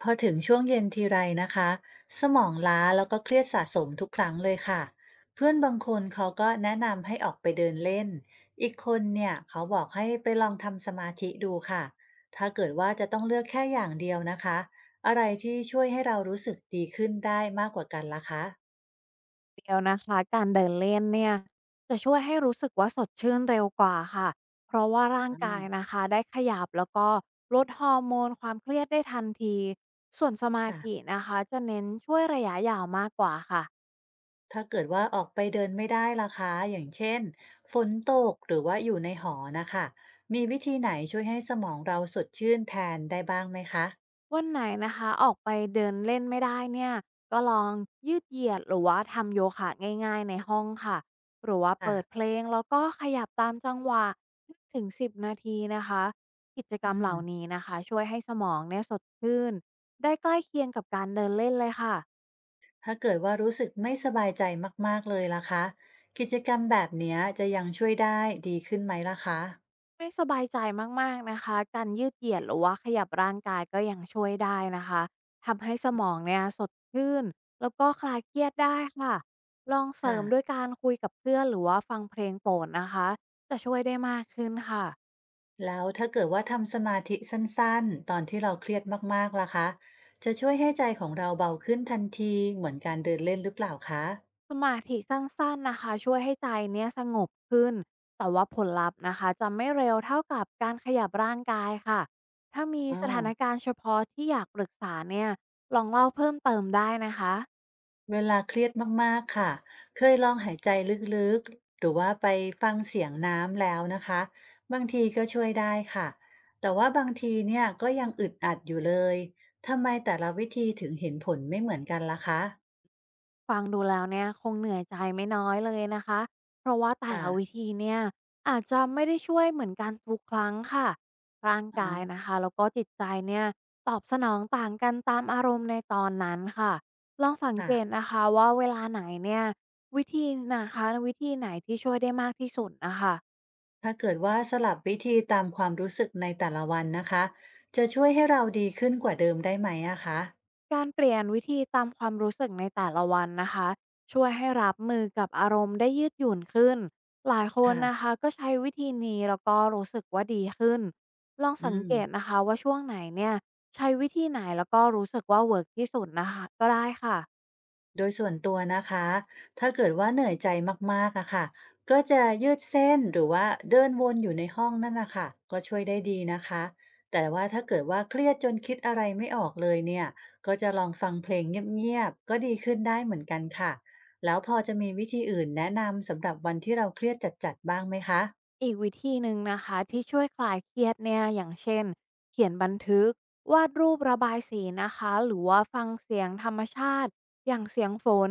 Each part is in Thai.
พอถึงช่วงเย็นทีไรนะคะสมองล้าแล้วก็เครียดสะสมทุกครั้งเลยค่ะเพื่อนบางคนเขาก็แนะนำให้ออกไปเดินเล่นอีกคนเนี่ยเขาบอกให้ไปลองทำสมาธิดูค่ะถ้าเกิดว่าจะต้องเลือกแค่อย่างเดียวนะคะอะไรที่ช่วยให้เรารู้สึกดีขึ้นได้มากกว่ากันล่ะคะเดียวนะคะการเดินเล่นเนี่ยจะช่วยให้รู้สึกว่าสดชื่นเร็วกว่าค่ะเพราะว่าร่างกายนะคะได้ขยับแล้วก็ลดฮอร์โมนความเครียดได้ทันทีส่วนสมาธิค่ะนะคะจะเน้นช่วยระยะยาวมากกว่าค่ะ ถ้าเกิดว่าออกไปเดินไม่ได้ล่ะคะอย่างเช่นฝนตกหรือว่าอยู่ในหอนะคะมีวิธีไหนช่วยให้สมองเราสดชื่นแทนได้บ้างไหมคะวันไหนนะคะออกไปเดินเล่นไม่ได้เนี่ยก็ลองยืดเหยียดหรือว่าทำโยคะง่ายๆในห้องค่ะหรือว่าเปิดค่ะ เพลงแล้วก็ขยับตามจังหวะถึง10นาทีนะคะกิจกรอืรมเหมล่านี้นะคะช่วยให้สมองเนี่ยสดชื่นได้ใกล้เคียงกับการเดินเล่นเลยค่ะ ถ้าเกิดว่ารู้สึกไม่สบายใจมากๆเลยล่ะคะกิจกรรมแบบเนี้ยจะยังช่วยได้ดีขึ้นไหมล่ะคะไม่สบายใจมากๆนะคะการยืดเหยียดหรือว่าขยับร่างกายก็ยังช่วยได้นะคะทำให้สมองเนี่ยสดชื่นแล้วก็คลายเครียดได้ค่ะลองเสริค่ะมด้วยการคุยกับเพื่อนหรือว่าฟังเพลงโปรดนะคะจะช่วยได้มากขึ้นค่ะแล้วถ้าเกิดว่าทำสมาธิสั้นๆตอนที่เราเครียดมากๆล่ะคะจะช่วยให้ใจของเราเบาขึ้นทันทีเหมือนการเดินเล่นหรือเปล่าคะสมาธิสั้นๆนะคะช่วยให้ใจเนี่ยสงบขึ้นแต่ว่าผลลัพธ์นะคะจะไม่เร็วเท่ากับการขยับร่างกายค่ะถ้ามีอา สถานการณ์เฉพาะที่อยากปรึกษาเนี่ยลองเล่าเพิ่มเติมได้นะคะ เวลาเครียดมากๆค่ะ เคยลองหายใจลึกๆหรือว่าไปฟังเสียงน้ำแล้วนะคะ บางทีก็ช่วยได้ค่ะ แต่ว่าบางทีเนี่ยก็ยังอึดอัดอยู่เลย ทำไมแต่ละวิธีถึงเห็นผลไม่เหมือนกันล่ะคะฟังดูแล้วเนี่ยคงเหนื่อยใจไม่น้อยเลยนะคะเพราะว่าแต่ค่ะละวิธีเนี่ยอาจจะไม่ได้ช่วยเหมือนกันทุกครั้งค่ะร่างอ๋กายนะอคะแล้วก็จิตใจเนี่ยตอบสนองต่างกันตามอารมณ์ในตอนนั้นค่ะลองสังค่ะเกตนะคะว่าเวลาไหนเนี่ยวิธีวิธีไหนที่ช่วยได้มากที่สุดนะคะ ถ้าเกิดว่าสลับวิธีตามความรู้สึกในแต่ละวันนะคะ จะช่วยให้เราดีขึ้นกว่าเดิมได้ไหมอะคะการเปลี่ยนวิธีตามความรู้สึกในแต่ละวันนะคะช่วยให้รับมือกับอารมณ์ได้ยืดหยุ่นขึ้นหลายคนนะค่ะคะก็ใช้วิธีนี้แล้วก็รู้สึกว่าดีขึ้นลองอืสังเกตม นะคะว่าช่วงไหนเนี่ยใช้วิธีไหนแล้วก็รู้สึกว่าเวิร์กที่สุดนะคะก็ได้ค่ะ โดยส่วนตัวนะคะ ถ้าเกิดว่าเหนื่อยใจมากๆอะค่ะ ก็จะยืดเส้นหรือว่าเดินวนอยู่ในห้องนั่นนะค่ะก็ช่วยได้ดีนะคะ แต่ว่าถ้าเกิดว่าเครียดจนคิดอะไรไม่ออกเลยเนี่ยก็จะลองฟังเพลงเงียบๆก็ดีขึ้นได้เหมือนกันค่ะ แล้วพอจะมีวิธีอื่นแนะนำสำหรับวันที่เราเครียดจัดๆบ้างไหมคะอีกวิธีหนึ่งนะคะที่ช่วยคลายเครียดเนี่ยอย่างเช่นเขียนบันทึกวาดรูประบายสีนะคะหรือว่าฟังเสียงธรรมชาติอย่างเสียงฝน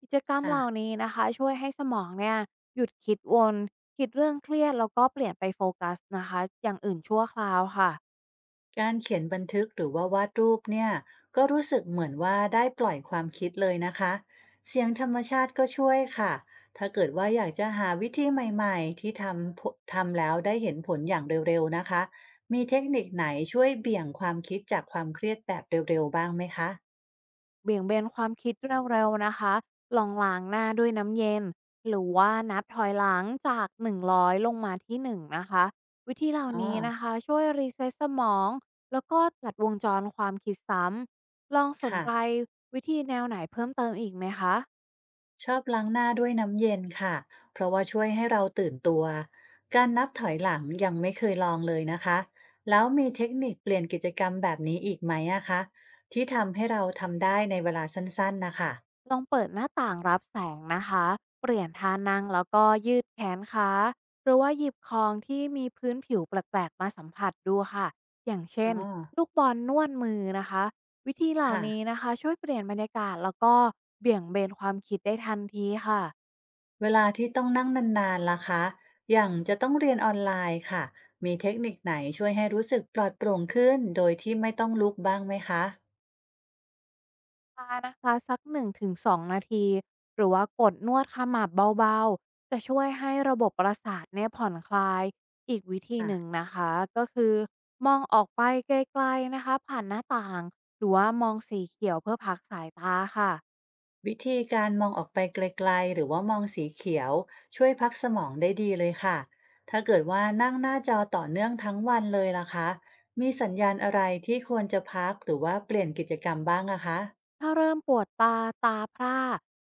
กิจกรรมค่ะ เหล่านี้นะคะช่วยให้สมองเนี่ยหยุดคิดวนคิดเรื่องเครียดแล้วก็เปลี่ยนไปโฟกัสนะคะอย่างอื่นชั่วคราวค่ะ การเขียนบันทึกหรือว่าวาดรูปเนี่ยก็รู้สึกเหมือนว่าได้ปล่อยความคิดเลยนะคะเสียงธรรมชาติก็ช่วยค่ะถ้าเกิดว่าอยากจะหาวิธีใหม่ๆที่ทำแล้วได้เห็นผลอย่างเร็วๆนะคะมีเทคนิคไหนช่วยเบี่ยงความคิดจากความเครียดแบบเร็วๆบ้างไหมคะเบี่ยงเบนความคิดเร็วๆนะคะ ลองล้างหน้าด้วยน้ำเย็น หรือว่านับถอยหลังจาก100ลงมาที่1นงนะคะ วิธีเหล่าอ๋อนี้นะคะช่วยรีเซ็ตสมองแล้วก็ตัดวงจรความคิดซ้ำ ลองสนใจค่ะ วิธีแนวไหนเพิ่มเติมอีกไหมคะ ชอบล้างหน้าด้วยน้ำเย็นค่ะเพราะว่าช่วยให้เราตื่นตัวการนับถอยหลังยังไม่เคยลองเลยนะคะแล้วมีเทคนิคเปลี่ยนกิจกรรมแบบนี้อีกไหมอะคะที่ทำให้เราทำได้ในเวลาสั้นๆนะคะลองเปิดหน้าต่างรับแสงนะคะ เปลี่ยนท่านั่งแล้วก็ยืดแขนขาหรือว่าหยิบของที่มีพื้นผิวแปลกๆมาสัมผัสดูค่ะ อย่างเช่อ๋นอลูกบอลนวดมือนะคะ วิธีเหล่าค่ะนี้นะคะช่วยเปลี่ยนบรรยากาศแล้วก็เบี่ยงเบนความคิดได้ทันทีค่ะ เวลาที่ต้องนั่งนานๆล่ะคะอย่างจะต้องเรียนออนไลน์ค่ะมีเทคนิคไหนช่วยให้รู้สึกปลอดโปร่งขึ้นโดยที่ไม่ต้องลุกบ้างไหมคะชานะคะสักหนึ่งถึงสองนาทีหรือว่ากดนวดขมับเบาๆจะช่วยให้ระบบประสาทเนี่ยผ่อนคลายอีกวิธีค่ะ หนึ่งนะคะก็คือมองออกไปไกลๆนะคะผ่านหน้าต่างหรือว่ามองสีเขียวเพื่อพักสายตาค่ะ วิธีการมองออกไปไกลๆหรือว่ามองสีเขียวช่วยพักสมองได้ดีเลยค่ะ ถ้าเกิดว่านั่งหน้าจอต่อเนื่องทั้งวันเลยล่ะคะ มีสัญญาณอะไรที่ควรจะพักหรือว่าเปลี่ยนกิจกรรมบ้างอะคะถ้าเริ่มปวดตา ตาพร่า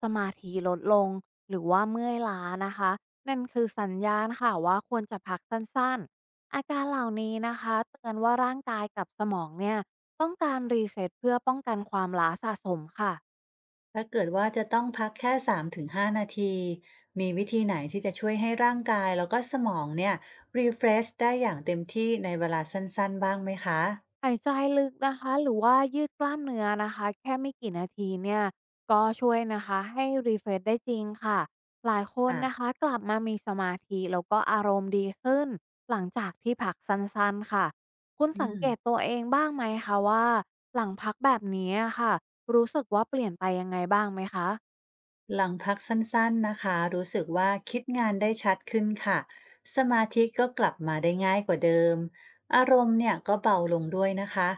สมาธิลดลง หรือว่าเมื่อยล้านะคะ นั่นคือสัญญาณค่ะว่าควรจะพักสั้นๆ อาการเหล่านี้นะคะเตือนว่าร่างกายกับสมองเนี่ยต้องการรีเซ็ตเพื่อป้องกันความล้าสะสมค่ะ ถ้าเกิดว่าจะต้องพักแค่3-5นาทีมีวิธีไหนที่จะช่วยให้ร่างกายแล้วก็สมองเนี่ย refresh ได้อย่างเต็มที่ในเวลาสั้นๆบ้างไหมคะหายใจลึกนะคะหรือว่ายืดกล้ามเนื้อนะคะแค่ไม่กี่นาทีเนี่ยก็ช่วยนะคะให้รีเฟรชได้จริงค่ะหลายคนนะค่ะคะกลับมามีสมาธิแล้วก็อารมณ์ดีขึ้นหลังจากที่พักสั้นๆค่ะคุณอืสังม เกตตัวเองบ้างไหมคะว่าหลังพักแบบนี้อะค่ะรู้สึกว่าเปลี่ยนไปยังไงบ้างไหมคะ หลังพักสั้นๆนะคะรู้สึกว่าคิดงานได้ชัดขึ้นค่ะสมาธิก็กลับมาได้ง่ายกว่าเดิมอารมณ์เนี่ยก็เบาลงด้วยนะคะ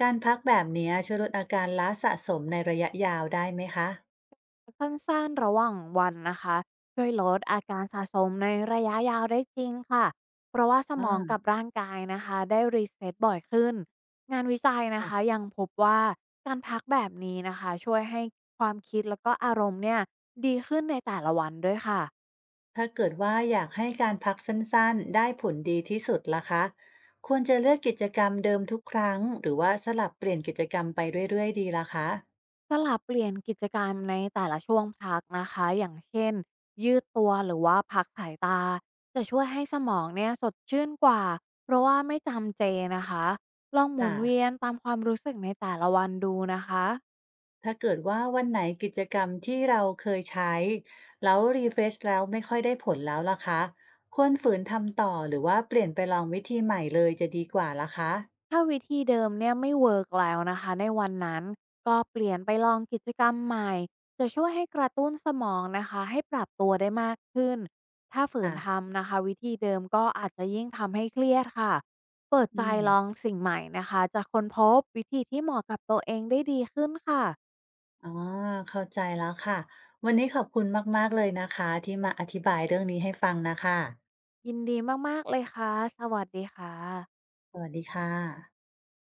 การพักแบบเนี้ยช่วยลดอาการล้าสะสมในระยะยาวได้ไหมคะสั้นๆระหว่างวันนะคะช่วยลดอาการสะสมในระยะยาวได้จริงค่ะเพราะว่าสอ่มองากับร่างกายนะคะได้รีเซ็ตบ่อยขึ้นงานวิจัยนะคะค่ะยังพบว่าการพักแบบนี้นะคะช่วยให้ความคิดแล้วก็อารมณ์เนี่ยดีขึ้นในแต่ละวันด้วยค่ะ ถ้าเกิดว่าอยากให้การพักสั้นๆได้ผลดีที่สุดล่ะคะควรจะเลือกกิจกรรมเดิมทุกครั้งหรือว่าสลับเปลี่ยนกิจกรรมไปเรื่อยๆดีล่ะคะสลับเปลี่ยนกิจกรรมในแต่ละช่วงพักนะคะ อย่างเช่นยืดตัวหรือว่าพักสายตา จะช่วยให้สมองเนี่ยสดชื่นกว่า เพราะว่าไม่จำเจนะคะ ลองหมุค่ะ นเวียนตามความรู้สึกในแต่ละวันดูนะคะ ถ้าเกิดว่าวันไหนกิจกรรมที่เราเคยใช้แล้ว refresh แล้วไม่ค่อยได้ผลแล้วล่ะคะควรฝืนทำต่อหรือว่าเปลี่ยนไปลองวิธีใหม่เลยจะดีกว่าล่ะคะถ้าวิธีเดิมเนี่ยไม่เวิร์กแล้วนะคะในวันนั้นก็เปลี่ยนไปลองกิจกรรมใหม่จะช่วยให้กระตุ้นสมองนะคะให้ปรับตัวได้มากขึ้นถ้าฝืนค่ะทำนะคะวิธีเดิมก็อาจจะยิ่งทำให้เครียดค่ะเปิดอืใจมลองสิ่งใหม่นะคะจะค้นพบวิธีที่เหมาะกับตัวเองได้ดีขึ้นค่ะอ๋อเข้าใจแล้วค่ะวันนี้ขอบคุณมากๆเลยนะคะที่มาอธิบายเรื่องนี้ให้ฟังนะคะยินดีมากๆเลยค่ะสวัสดีค่ะสวัสดีค่ะ